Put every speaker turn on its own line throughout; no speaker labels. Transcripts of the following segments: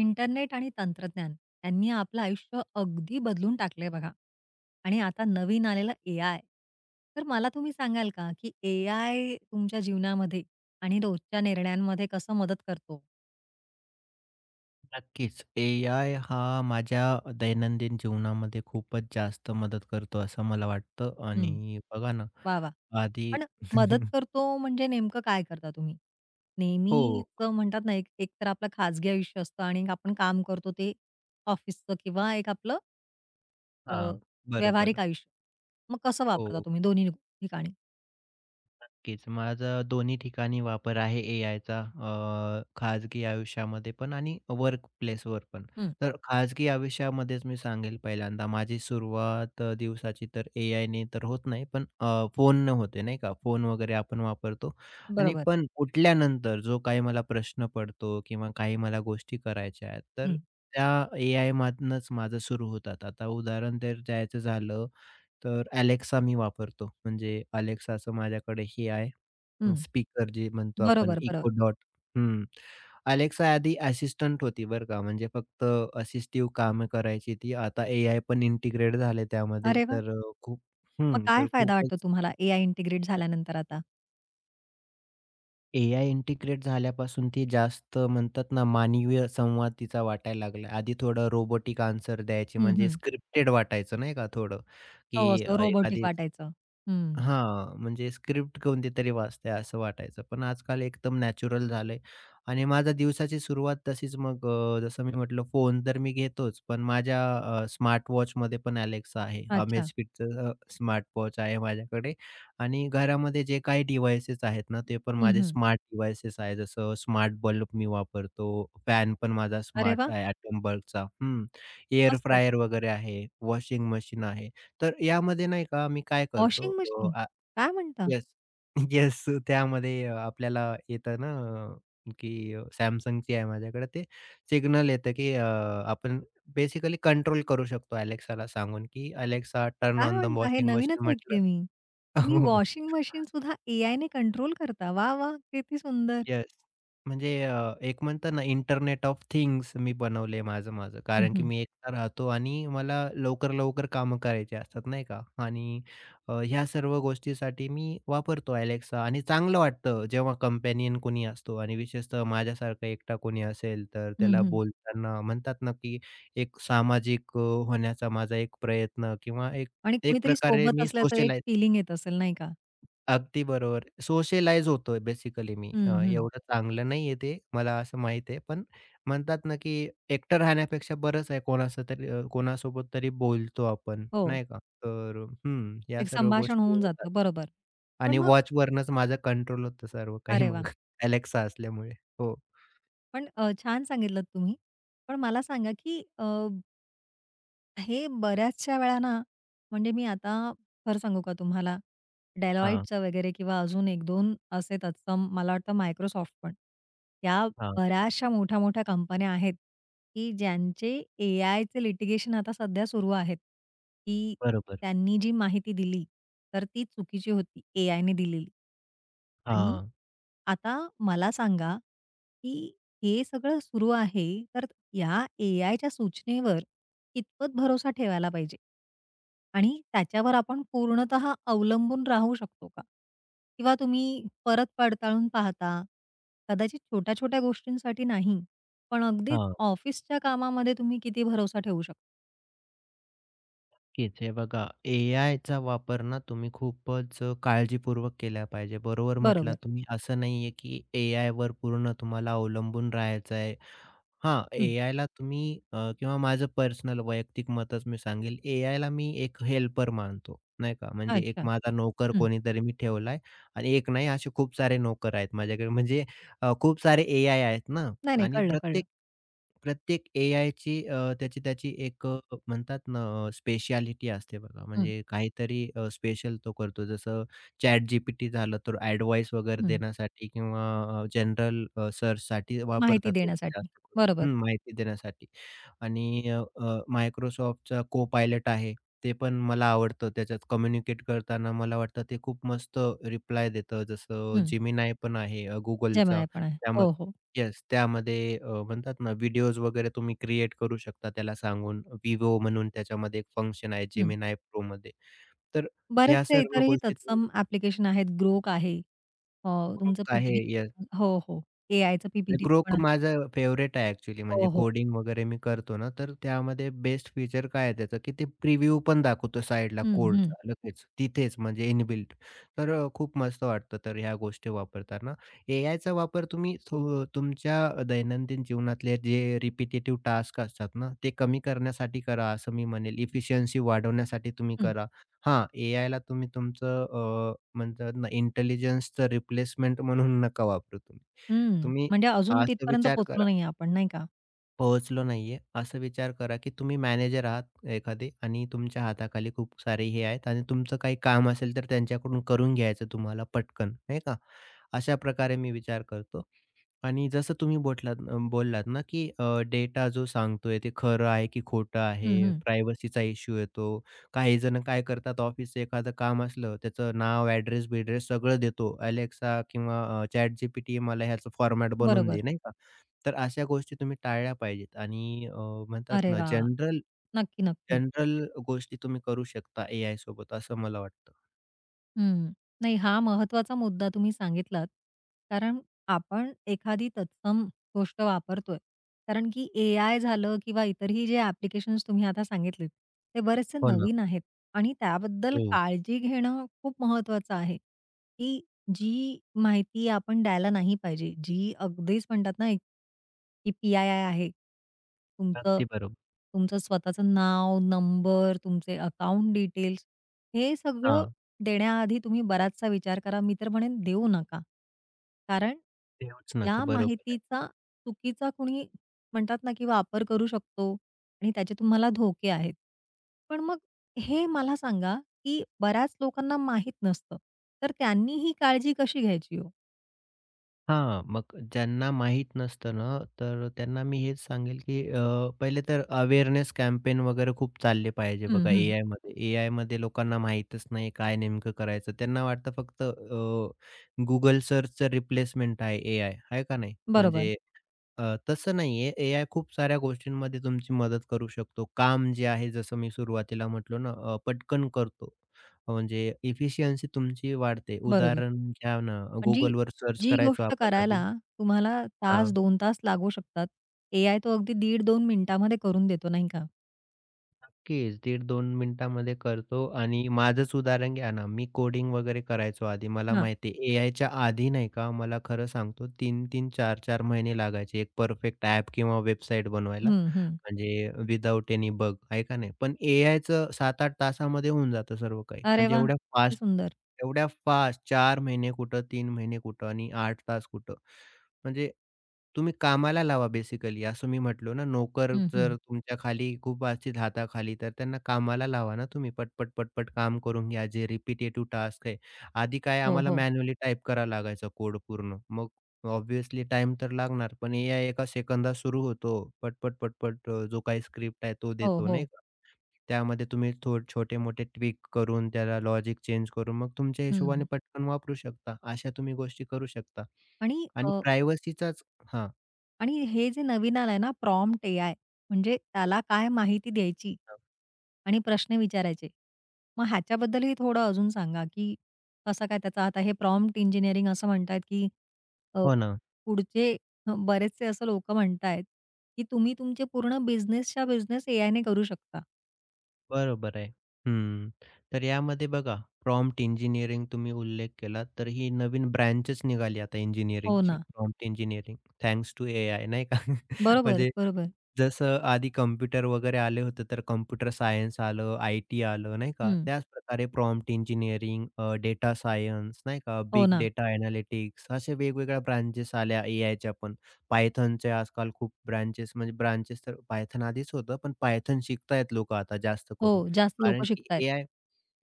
Internet आणि तंत्रज्ञान यांनी आपलं आयुष्य अगदी बदलून टाकलंय बघा. आणि आता नवीन आलेलं ए-आय. तर मला तुम्ही सांगाल का, की ए-आय तुमच्या जीवनामध्ये आणि रोजच्या निर्णयांमध्ये कसं मदत करतो?
नक्कीच. एआय हा माझ्या दैनंदिन जीवनामध्ये खूपच जास्त मदत करतो असं मला वाटतं
हं,
आणि बघा ना,
वाह! वाह!
आधी
पण मदत करतो म्हणजे नेमकं काय करता तुम्ही?
हो.
नेहमीचं म्हणतात ना, एक एक तर आपलं खाजगी आयुष्य असतं आणि एक आपण काम करतो ते ऑफिसचं किंवा एक आपलं अ,
हां.
व्यावहारिक
बरोबर.
आयुष्य. मग कसं वापरता
हो.
तुम्ही दोन्ही ठिकाणी?
नक्कीच. माझा दोन्ही ठिकाणी वापर आहे एआयचा खाजगी आयुष्यामध्ये पण आणि वर्क प्लेसवर पण.
हं.
तर खाजगी आयुष्यामध्येच मी सांगेल पहिल्यांदा माझी सुरुवात दिवसाची तर एआयने तर होत नाही, पण फोननं होते नाही का. फोन वगैरे आपण वापरतो आणि
बरोबर.
पण उठल्यानंतर जो काही मला प्रश्न पडतो किंवा काही मला गोष्टी करायच्या आहेत, तर
हं,
त्या एआयमधनंच माझं सुरू होतात. आता उदाहरण तर द्यायचं झालं तर अलेक्सा मी वापरतो. म्हणजे Alexaचं माझ्याकडे हे आहे,
हं.
स्पीकर जे म्हणतो आपण
बरोबर, बरोबर.
Echo Dot. हं. अलेक्सा आधी असिस्टंट होती बरं का, म्हणजे फक्त असिस्टिव्ह कामं करायची ती. आता एआय पण इंटिग्रेट झाले त्यामध्ये.
अरे वाह!
तर खूप.
मग
हं,
काय
तर
फायदा वाटतो
खूपच
तुम्हाला एआय इंटिग्रेट झाल्यानंतर आता?
एआय इंटिग्रेट झाल्यापासून ती जास्त म्हणतात ना, मानवीय संवाद तिचा वाटायला लागला. आधी थोडं रोबोटिक आन्सर द्यायची,
हं,
म्हणजे
हं.
स्क्रिप्टेड वाटायचं नाही का थोडं,
हो,
की
असं रोबोटिक
एखादी.
वाटायचं. हं.
हां, म्हणजे स्क्रिप्ट कोणती तरी वाचते असं वाटायचं. पण आजकाल एकदम नॅचरल झालंय आणि माझा दिवसाची सुरुवात तशीच मग, जसं मी म्हटलं, फोन तर मी घेतोच, पण माझ्या स्मार्ट वॉचमध्ये पण Alexa आहे.
अच्छा.
Amazfitचं स्मार्ट वॉच आहे माझ्याकडे आणि घरामध्ये जे काही डिव्हाइसेस आहेत ना, ते पण
हं,
माझे
हं.
स्मार्ट डिव्हाइसेस आहे. जसं स्मार्ट बल्ब मी वापरतो, फॅन पण माझा
अरे
स्मार्ट
वाह!
आहे एटॉम बल्बचा. हं, एअर
मस्तच.
फ्रायर वगैरे आहे, वॉशिंग मशीन आहे. तर यामध्ये नाही का मी काय करतो,
वॉशिंग मशीन. काय म्हणता?
Yes, yes. त्यामध्ये आपल्याला येतं ना की Samsungची आहे माझ्याकडे ते. सिग्नल येतं की आपण बेसिकली कंट्रोल करू शकतो, अलेक्साला सांगून की अलेक्सा टर्न
काय
ऑन द
म्हणता? हे
वॉशिंग
नवीनच
मशीन
ऐकतेय
म्हटलं.
मी. तुम्ही वॉशिंग मशीन सुद्धा एआयने कंट्रोल करता. वाह! वाह! किती सुंदर.
येस. म्हणजे एक म्हणतात ना, इंटरनेट ऑफ थिंग्स मी बनवलंय माझं-माझं.
हं,
कारण की
हं.
मी एकटा राहतो आणि मला लवकर-लवकर कामं करायची असतात नाही का? आणि ह्या सर्व गोष्टीसाठी मी वापरतो Alexa आणि चांगलं वाटतं जेव्हा कंपॅनियन कोणी असतो. आणि विशेषतः माझ्यासारखा एकटा कोणी असेल तर
हं,
त्याला
हं.
बोलताना म्हणतात ना, की एक सामाजिक होण्याचा माझा एक प्रयत्न, किंवा एक
आणि
एक
कुणीतरी
प्रकारे
सोबत
मी
असल्याचं एक
सोशलाइज.
फिलिंग येत असेल, नाही का?
अगदी बरोबर. सोशलाईज होतोय बेसिकली मी.
हं, हं.
एवढं चांगलं नाहीये ते, मला असं माहीत आहे. पण म्हणतात ना, की एकटं राहण्यापेक्षा बरंच आहे कोणाचं तरी कोणासोबत तरी बोलतो आपण,
हो,
नाही का? तर हं, या
एक
सर्व
संभाषण
गोष्टी
होऊन
होतात.
जातं. बरोबर. पण
आणि
मग
वॉचवरनंच माझा कंट्रोल होतं सर्व काही
अरे
मग.
वाह!
Alexa असल्यामुळे. हो.
पण छान सांगितलत तुम्ही. पण मला सांगा, की हे बऱ्याचशा वेळा ना, म्हणजे मी आता खरं सांगू का तुम्हाला,
हां,
Deloitteचं वगैरे किंवा अजून एक दोन असे तत्सम मला वाटतं मायक्रोसॉफ्ट पण. या
हां.
बऱ्याचशा मोठ्या-मोठ्या कंपन्या आहेत, की ज्यांचे एआयचे लिटिगेशन आता सध्या सुरू आहेत, की
बरोबर.
त्यांनी जी माहिती दिली, तर ती चुकीची होती एआयने दिलेली. आणि
हां,
आता मला सांगा, की हे सगळं सुरू आहे, तर या एआयच्या सूचनेवर कितपत भरोसा ठेवायला पाहिजे? आणि त्याच्यावर आपण पूर्णतः अवलंबून राहू शकतो का? किंवा तुम्ही परत पडताळून पाहता, कदाचित छोट्या-छोट्या गोष्टींसाठी नाही, पण अगदीच
हां.
ऑफिसच्या कामामध्ये तुम्ही किती भरोसा ठेवू शकता?
नक्कीच. हे बघा, एआयचा वापर ना तुम्ही खूपच काळजीपूर्वक केला पाहिजे. बरोबर म्हटलात
बरोबर.
तुम्ही. असं नाहीये की एआयवर पूर्ण तुम्हाला अवलंबून राहायचं आहे. हां,
हं.
एआयला तुम्ही किंवा माझं पर्सनल वैयक्तिक मतच मी सांगेल. एआयला मी एक हेल्पर मानतो, नाही का. म्हणजे एक
अच्छा.
माझा नोकर
हं.
कोणीतरी मी ठेवलाय आणि एक नाही, असे खूप सारे नोकर आहेत माझ्याकडे. म्हणजे खूप सारे एआय आहेत ना.
नाही, नाही.
आणि
कळलं, कळलं.
प्रत्येक प्रत्येक एआयची त्याची त्याची एक म्हणतात ना स्पेशालिटी असते बघा.
हं,
म्हणजे काहीतरी स्पेशल तो करतो. जसं ChatGPT झालं तर एडव्हाइस वगैरे
हं.
देण्यासाठी, किंवा जनरल सर्चसाठी
माहिती
वापरतात लोकं
देण्यासाठी.
जास्त करून.
बरोबर.
हं, माहिती देण्यासाठी. आणि अ, अ, मायक्रोसॉफ्टचा Copilot आहे. ते पण मला आवडतं. त्याच्यात कम्युनिकेट करताना मला वाटतं ते खूप मस्त रिप्लाय देतं. जसं
हं.
Gemini पण आहे,
Gemini
Googleचा.
पण आहे.
त्याम
हो, हो.
येस, त्यामध्ये म्हणतात ना, व्हिडिओज वगैरे तुम्ही क्रिएट करू शकता त्याला सांगून. Vivo म्हणून त्याच्यामध्ये एक फंक्शन आहे
हं.
Gemini Proमध्ये. तर ह्या
बरेचसे
सर्व
इतरही
गोष्टी
तत्सम ॲप्लिकेशन आहेत. Grok आहे. अ, तुमचं
ग्रुप्स आहे.
पी
येस.
हो, हो. एआयचं पी पण
Grok
आहे.
माझं फेवरेट आहे ॲक्चुअली. म्हणजे
हो, हो.
कोडिंग वगैरे मी करतो ना, तर त्यामध्ये बेस्ट फीचर काय आहे त्याचं, की ते प्रिव्ह्यू पण दाखवतो साइडला
हं, हं,
कोडचा, लगेच तिथेच, म्हणजे इनबिल्ट. तर खूप मस्त वाटतं तर ह्या गोष्टी वापरताना. एआयचा वापर तुम्ही तुमच्या दैनंदिन जीवनातले जे रिपिटेटिव्ह टास्क असतात ना, ते कमी करण्यासाठी करा असं मी म्हणेल. इफिशियन्सी वाढवण्यासाठी तुम्ही
हं,
करा. हां, एआयला तुम्ही तुमचं म्हणतात ना, इंटेलिजन्सचं रिप्लेसमेंट म्हणून नका वापरू तुम्ही.
हं.
तुम्ही
म्हणजे अजून
असा
तिथपर्यंत
विचार
पोहोचलो
करा,
नाहीये आपण, नाही का?
पोहोचलो नाहीये, असा विचार करा, की तुम्ही मॅनेजर आहात एखादे आणि तुमच्या हाताखाली खूप सारे हे आहेत, आणि तुमचं काही काम असेल तर त्यांच्याकडून करून घ्यायचं तुम्हाला पटकन, नाही का? अशा प्रकारे मी विचार करतो. आणि जसं तुम्ही बोललात ना, की डेटा जो सांगतोय ते खरं आहे की खोटं
हं,
आहे,
हं.
प्रायव्हसीचा इश्यू येतो. काही जण काय करतात, ऑफिसचं एखादं काम असलं, त्याचं नाव, ॲड्रेस-बिड्रेस सगळं देतो. Alexa किंवा ChatGPT, मला ह्याचं फॉर्मॅट बनवून
बरोबर.
दे, नाही का? तर अशा गोष्टी तुम्ही टाळल्या पाहिजेत. आणि म्हणतात
अरे
ना,
वाह!
जनरल
नक्की, नक्की.
जनरल गोष्टी तुम्ही करू शकता एआय सोबत असं मला वाटतं.
हं. नाही हा महत्वाचा मुद्दा तुम्ही सांगितलात. कारण आपण एखादी तत्सम गोष्ट वापरतोय. कारण की एआय झालं किंवा इतरही जे ॲप्लिकेशन्स तुम्ही आता सांगितलेत, ते बरेचसे
हो ना.
नवीन आहेत आणि त्याबद्दल
हो.
काळजी घेणं खूप महत्त्वाचं आहे, की जी माहिती आपण द्यायला नाही पाहिजे. जी अगदीच म्हणतात ना एक की पी-आय-आय आहे. तुमचं
अगदी बरोबर.
तुमचं स्वतःचं नाव, नंबर, तुमचे अकाउंट डिटेल्स हे सगळं
हां.
देण्याआधी तुम्ही बराचसा विचार करा. मी तर म्हणेन देऊ नका. कारण
देऊच नका.
या
बरोबर.
माहितीचा चुकीचा कुणी म्हणतात ना, की वापर करू शकतो आणि त्याचे तुम्हाला धोके आहेत. पण मग हे मला सांगा, की बऱ्याच लोकांना माहीत नसतं. तर त्यांनी ही काळजी कशी घ्यायची हो?
हां, मग ज्यांना माहीत नसतं ना, तर त्यांना मी हेच सांगेल, की पहिले तर अवेअरनेस कॅम्पेन वगैरे खूप चालले पाहिजे
हं,
बघा
हं.
एआयमध्ये. एआयमध्ये लोकांना माहीतच नाही काय नेमकं करायचं. त्यांना वाटतं फक्त Google सर्चचं रिप्लेसमेंट आहे एआय, आहे का नाही?
बरोबर,
म्हणजे अ, तसं नाहीये. एआय खूप साऱ्या गोष्टींमध्ये तुमची मदत करू शकतो. काम जे आहे, जसं मी सुरुवातीला म्हटलो ना, पटकन करतो. म्हणजे एफिशियन्सी तुमची वाढते.
बरोबर.
उदाहरण घ्या ना,
म्हणजे
Googleवर सर्च
जी
करायचो
गोष्ट
आपण
करायला
आधी.
तुम्हाला तास,
हां,
2 तास लागू शकतात. एआय तो अगदी 1.5-2 मिनिटामध्ये करून देतो नाही का?
नक्कीच 1 15 मिनिटामध्ये करतो. आणि माझंच उदाहरण घ्या ना, मी कोडिंग वगैरे करायचो आधी. मला
हां.
माहिती आहे एआयच्या आधी नाही का, मला खरं सांगतो, तीन तीन चार चार महिने लागायचे एक परफेक्ट ॲप किंवा वेबसाईट बनवायला.
हं, हं.
म्हणजे विथआऊट एनी बग आहे का नाही. पण एआयचं 7-8 तासामध्ये होऊन जातं सर्व काही.
अरे
म्हणजे
वाह! किती सुंदर.
एवढ्या फास्ट 4 महिने कुठं, 3 महिने कुठं आणि 8 तास कुठं. म्हणजे तुम्ही कामाला लावा बेसिकली, असं मी म्हटलो ना, नोकर
हं, हं.
जर तुमच्या खाली खूप असतील हाताखाली, तर त्यांना कामाला लावा ना तुम्ही. पटपट, पटपट काम करून घ्या. जे रिपिटेटिव्ह टास्क आहे. आधी काय,
हो,
आम्हाला
हो.
मॅन्युअली टाइप करावा लागायचा कोड पूर्ण. मग ऑब्व्हियसली टाईम तर लागणार, पण एआय एका सेकंदात सुरू होतो. पटपट, पटपट, जो काही स्क्रिप्ट आहे तो
हो,
देतो
हो.
नाही का? त्यामध्ये तुम्ही छोटे-मोठे ट्विक करून, त्याला लॉजिक चेंज करून, मग तुमच्या हिशोबाने
हं.
पटकन वापरू शकता. अशा तुम्ही गोष्टी करू शकता.
आणि
आणि प्रायव्हसीचाच हां,
आणि हे जे नवीन आलंय ना प्रॉम्प्ट एआय म्हणजे त्याला काय माहिती द्यायची
हां.
आणि प्रश्न विचारायचे. मग ह्याच्याबद्दलही थोडं अजून सांगा, की कसं काय त्याचा आता हे प्रॉम्प्ट इंजिनिअरिंग असं म्हणतायत, की अ,
हो ना,
पुढचे बरेचसे असं लोकं म्हणतायत, की तुम्ही तुमचे पूर्ण बिझनेसच्या बिझनेस एआयने करू शकता.
बरोबर आहे. हं. तर यामध्ये बघा, प्रॉम्प्ट इंजिनिअरिंग तुम्ही उल्लेख केला, तर ही नवीन ब्रँचच निघाली आता
हो
इंजिनिअरिंगची,
ना.
Prompt engineering, thanks to AI, नाही का?
बरोबर,
म्हणजे
बरोबर.
जसं आधी कॉम्प्युटर वगैरे आले होते, तर कॉम्प्युटर सायन्स आलं, आय-टी आलं, नाही का?
हं.
त्याच प्रकारे प्रॉम्प्ट इंजिनिअरिंग, डेटा सायन्स, नाही का?
हो
बिग
ना.
डेटा एनालिटिक्स, अशा वेगवेगळ्या ब्रांचेस आल्या एआयच्या पण. पायथॉनचे आजकाल खूप ब्रांचेस, म्हणजे ब्रांचेस तर पायथॉन आधीच होतं, पण पायथॉन शिकतायत लोकं आता जास्त करून.
हो, जास्त
कारण
लोकं
की
शिकतायत.
एआय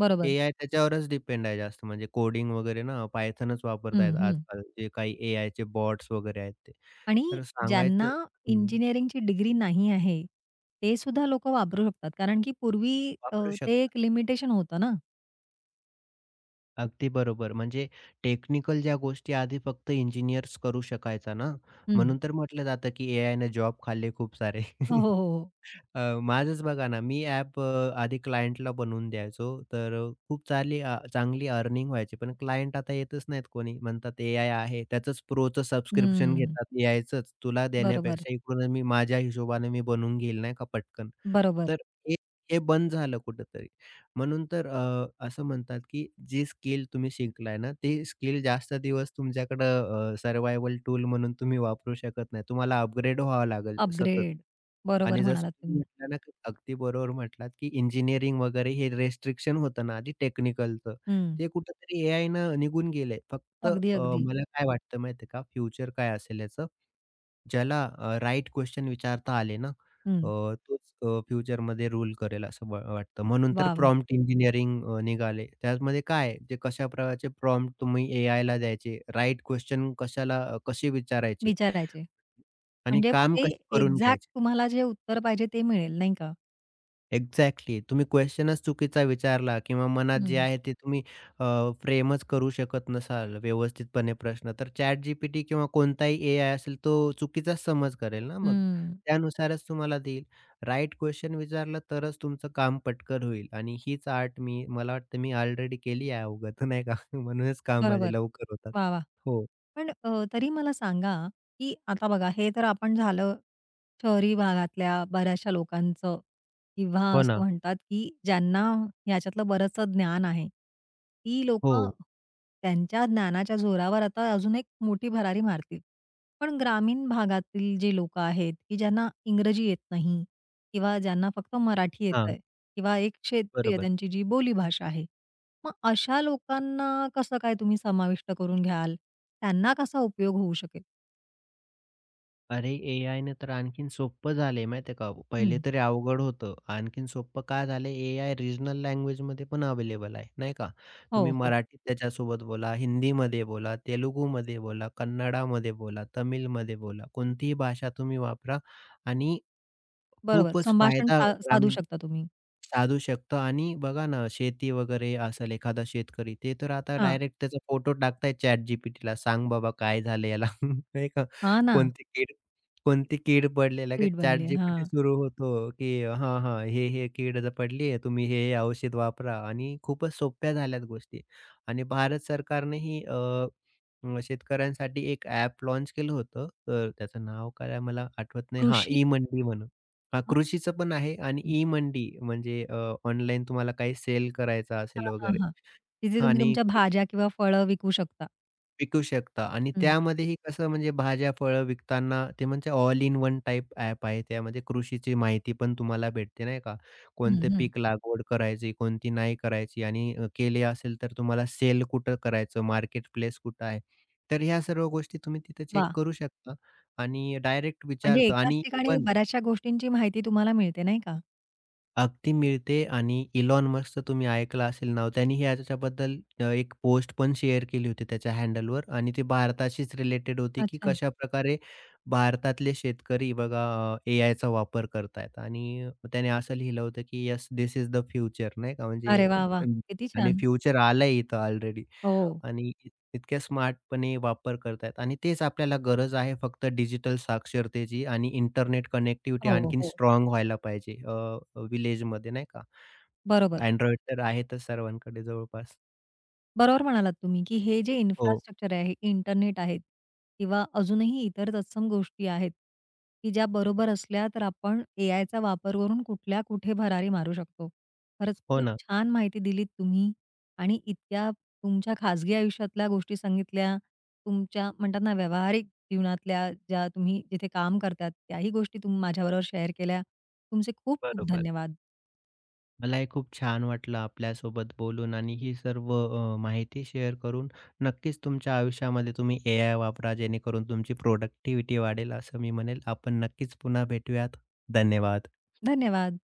बरोबर.
एआय त्याच्यावरच डिपेंड आहे जास्त, म्हणजे कोडिंग वगैरे ना पायथॉनच
हं,
वापरतायत
हं.
आजकाल जे काही एआयचे बॉट्स वगैरे आहेत ते.
आणि
तर
ज्यांना
सांगायचं हं,
इंजिनिअरिंगची डिग्री नाही आहे, ते सुद्धा लोकं वापरू शकतात. कारण की पूर्वी
वापरू
ते
शकतो.
एक लिमिटेशन होतं ना.
अगदी बरोबर. म्हणजे टेक्निकल ज्या गोष्टी आधी फक्त इंजिनियर्स करू शकायचा ना,
हं.
म्हणून तर म्हटलं जातं की ए आय ने जॉब खाल्ले खूप सारे.
हो, हो, हो, हो.
माझंच बघा ना, मी ॲप, आधी क्लायंटला बनवून द्यायचो, तर खूप चांगली चांगली अर्निंग व्हायची. पण क्लायंट आता येतच नाहीत कोणी. म्हणतात एआय आहे, त्याचंच प्रोचं सबस्क्रिप्शन घेतात एआयचंच. तुला
बरोबर,
देण्यापेक्षा इकडून मी माझ्या हिशोबाने मी बनवून घेईल नाही का पटकन.
बरोबर.
तर हे हे बंद झालं कुठेतरी. म्हणून तर असं म्हणतात, की जे स्किल तुम्ही शिकलाय ना, ते स्किल जास्त दिवस तुमच्याकडं टूल म्हणून तुम्ही वापरू शकत नाही. तुम्हाला अपग्रेड व्हावं लागेल सतत.
अपग्रेड. बरोबर
आणि जसं
म्हणालात
तुम्ही
तुम्ही.
म्हटला ना, की अगदी बरोबर म्हटलात, की इंजिनिअरिंग वगैरे हे रिस्ट्रिक्शन होतं ना आधी टेक्निकलचं.
हं.
ते कुठेतरी एआयनं निघून गेलंय. फक्त
अगदी, अगदी.
मला काय वाटतं माहिती का, फ्युचर काय असेल याचं? ज्याला राइट क्वेशन विचारता आले ना,
हं.
तोच फ्युचरमध्ये रूल करेल असं वाटतं. म्हणून तर
वाह! वाह!
प्रॉम्प्ट इंजिनिअरिंग निघाले. त्यामध्ये काय आहे, ते कशा प्रकारचे प्रॉम्प्ट तुम्ही एआयला द्यायचे, राइट क्वेश्चन कशाला कसे विचारायचे
विचारायचे.
आणि
म्हणजे
काम
ते
कसे करून
एक्झॅक्ट
घ्यायचे.
तुम्हाला जे उत्तर पाहिजे ते मिळेल नाही का?
एक्झॅक्टली. तुम्ही क्वेशनच चुकीचा विचारला, किंवा मनात जे
हं.
आहे ते तुम्ही फ्रेमच करू शकत नसाल व्यवस्थितपणे प्रश्न, तर ChatGPT किंवा कोणताही एआय असेल तो चुकीचाच समज करेल ना मग.
हं.
त्यानुसारच तुम्हाला देईल. राइट क्वेशन विचारला तरच तुमचं काम पटकन होईल. आणि हीच आर्ट मी, मला वाटतं मी ऑलरेडी केली आहे अवगत नाही का? म्हणूनच काम
बरोबर.
माझे लवकर होतात.
वाह! वाह!
हो.
पण तरी मला सांगा, की आता बघा हे तर आपण झालं शहरी भागातल्या बऱ्याचशा लोकांचं किंवा
हो
असं
ना.
म्हणतात, की ज्यांना ह्याच्यातलं बरंचसं ज्ञान आहे. ती
हो.
लोकं त्यांच्या ज्ञानाच्या जोरावर आता अजून एक मोठी भरारी मारतील. पण ग्रामीण भागातील जे लोकं आहेत, की ज्यांना इंग्रजी येत नाही किंवा ज्यांना फक्त मराठी
हां.
येतंय किंवा एक क्षेत्रीय
बरोबर.
त्यांची जी बोलीभाषा आहे, मग अशा लोकांना कसं काय तुम्ही समाविष्ट करून घ्याल? त्यांना कसा उपयोग होऊ शकेल?
अरे, ए ने तर आणखीन सोपं झालंय माहिती आहे का. पहिले
हं.
तरी अवघड होतं. आणखीन सोपं का झालंय? एआय रिजनल लँग्वेजमध्ये पण अवेलेबल आहे, नाही का.
हो,
तुम्ही
हो.
मराठीत त्याच्यासोबत बोला, हिंदीमध्ये बोला, तेलुगूमध्ये बोला, कन्नडामध्ये बोला, तमिळमध्ये बोला. कोणतीही भाषा तुम्ही वापरा आणि
बरोबर.
खूपच
संभाषण
फायदा
सा साधू
ग्रामीण
शकता तुम्ही.
साधू शकतं. आणि बघा ना, शेती वगैरे असेल एखादा शेतकरी, ते तर आता
हां.
डायरेक्ट त्याचा फोटो टाकताय ChatGPTला, "सांग बाबा काय झालं याला?" नाही का.
हां ना.
कोणती कीड कोणती कीड पडली, लगेच
फीड बनले.
ChatGPT
हां.
सुरू होतो, की हां, हां, हे, हे कीड पडली आहे, तुम्ही हे, हे औषध वापरा. आणि खूपच सोप्या झाल्यात गोष्टी. आणि भारत सरकारनेही अ, अ, शेतकऱ्यांसाठी एक ॲप लॉन्च केलं होतं. तर त्याचं नाव काय आहे मला आठवत नाही. हां,
कृषी
ई-मंडी म्हणून. हां,
हां.
कृषीचं पण आहे, आणि
हं.
ई-मंडी म्हणजे ऑनलाईन तुम्हाला काही सेल करायचा असेल
हां, हां,
वगैरे.
हां. तिथे
हा,
तुम्ही
आणि
तुमच्या
कृषी
भाज्या किंवा फळं विकू शकता.
विकू शकता, आणि
हं,
त्यामध्येही कसं, म्हणजे भाज्या, फळं विकताना, ते म्हणजे all in one type app आहे. त्यामध्ये कृषीची माहिती पण तुम्हाला भेटते नाही का?
हं,
कोणते
हं.
पीक लागवड करायची, कोणती नाही करायची, आणि केली असेल तर तुम्हाला सेल कुठं करायचं, मार्केट प्लेस कुठं आहे. तर ह्या सर्व गोष्टी तुम्ही तिथे चेक
वाह!
करू शकता आणि डायरेक्ट
म्हणजे
विचारतो.
एकाच
आणि
ठिकाणी
इव्हन
बऱ्याचशा गोष्टींची माहिती तुम्हाला मिळते नाही का?
अगदी मिळते. आणि इलॉन मस्कचं तुम्ही ऐकलं असेल नाव. त्यांनीही याच्याबद्दल एक पोस्ट पण शेअर केली होती त्याच्या हँडलवर, आणि ती भारताशीच रिलेटेड होती, की
अच्छा.
कशाप्रकारे भारतातले शेतकरी बघा एआयचा वापर करतायत, आणि त्याने असं लिहिलं होतं, की "yes this is the future" नाही का,
अरे
म्हणजे
वाह, वाह!
अं,
किती
आणि
छान.
फ्युचर आलंय इथं ऑलरेडी.
हो.
आणि इतक्या स्मार्टपणे वापर करतायत, आणि तेच आपल्याला गरज आहे, फक्त डिजिटल साक्षरतेची आणि इंटरनेट कनेक्टिव्हिटी
हो,
आणखीन
हो.
स्ट्राँग व्हायला पाहिजे विलेजमध्ये नाही का.
बरोबर.
Android तर आहेतच सर्वांकडे जवळपास.
बरोबर म्हणालात तुम्ही, की हे जे
हो,
इन्फ्रास्ट्रक्चर आहे, इंटरनेट आहेत किंवा अजूनही इतर तत्सम गोष्टी आहेत, की ज्या बरोबर असल्या तर आपण एआयचा वापर करून कुठल्या कुठे भरारी मारू शकतो. खरंच
हो
खूप
ना.
छान माहिती दिलीत तुम्ही आणि इतक्या तुमच्या खाजगी आयुष्यातल्या गोष्टी सांगितल्या, तुमच्या म्हणतात ना व्यावहारिक जीवनातल्या ज्या तुम्ही जिथे काम करतात त्याही गोष्टी तुम्ही माझ्याबरोबर शेअर केल्या. तुमचे खूप खूप
बरोबर.
धन्यवाद.
मलाही खूप छान वाटलं आपल्यासोबत बोलून, आणि ही सर्व माहिती शेअर करून. नक्कीच तुमच्या आयुष्यामध्ये तुम्ही एआय वापरा, जेणेकरून तुमची प्रोडक्टिव्हिटी वाढेल असं मी म्हणेल. आपण नक्कीच पुन्हा भेटूयात. धन्यवाद.
धन्यवाद.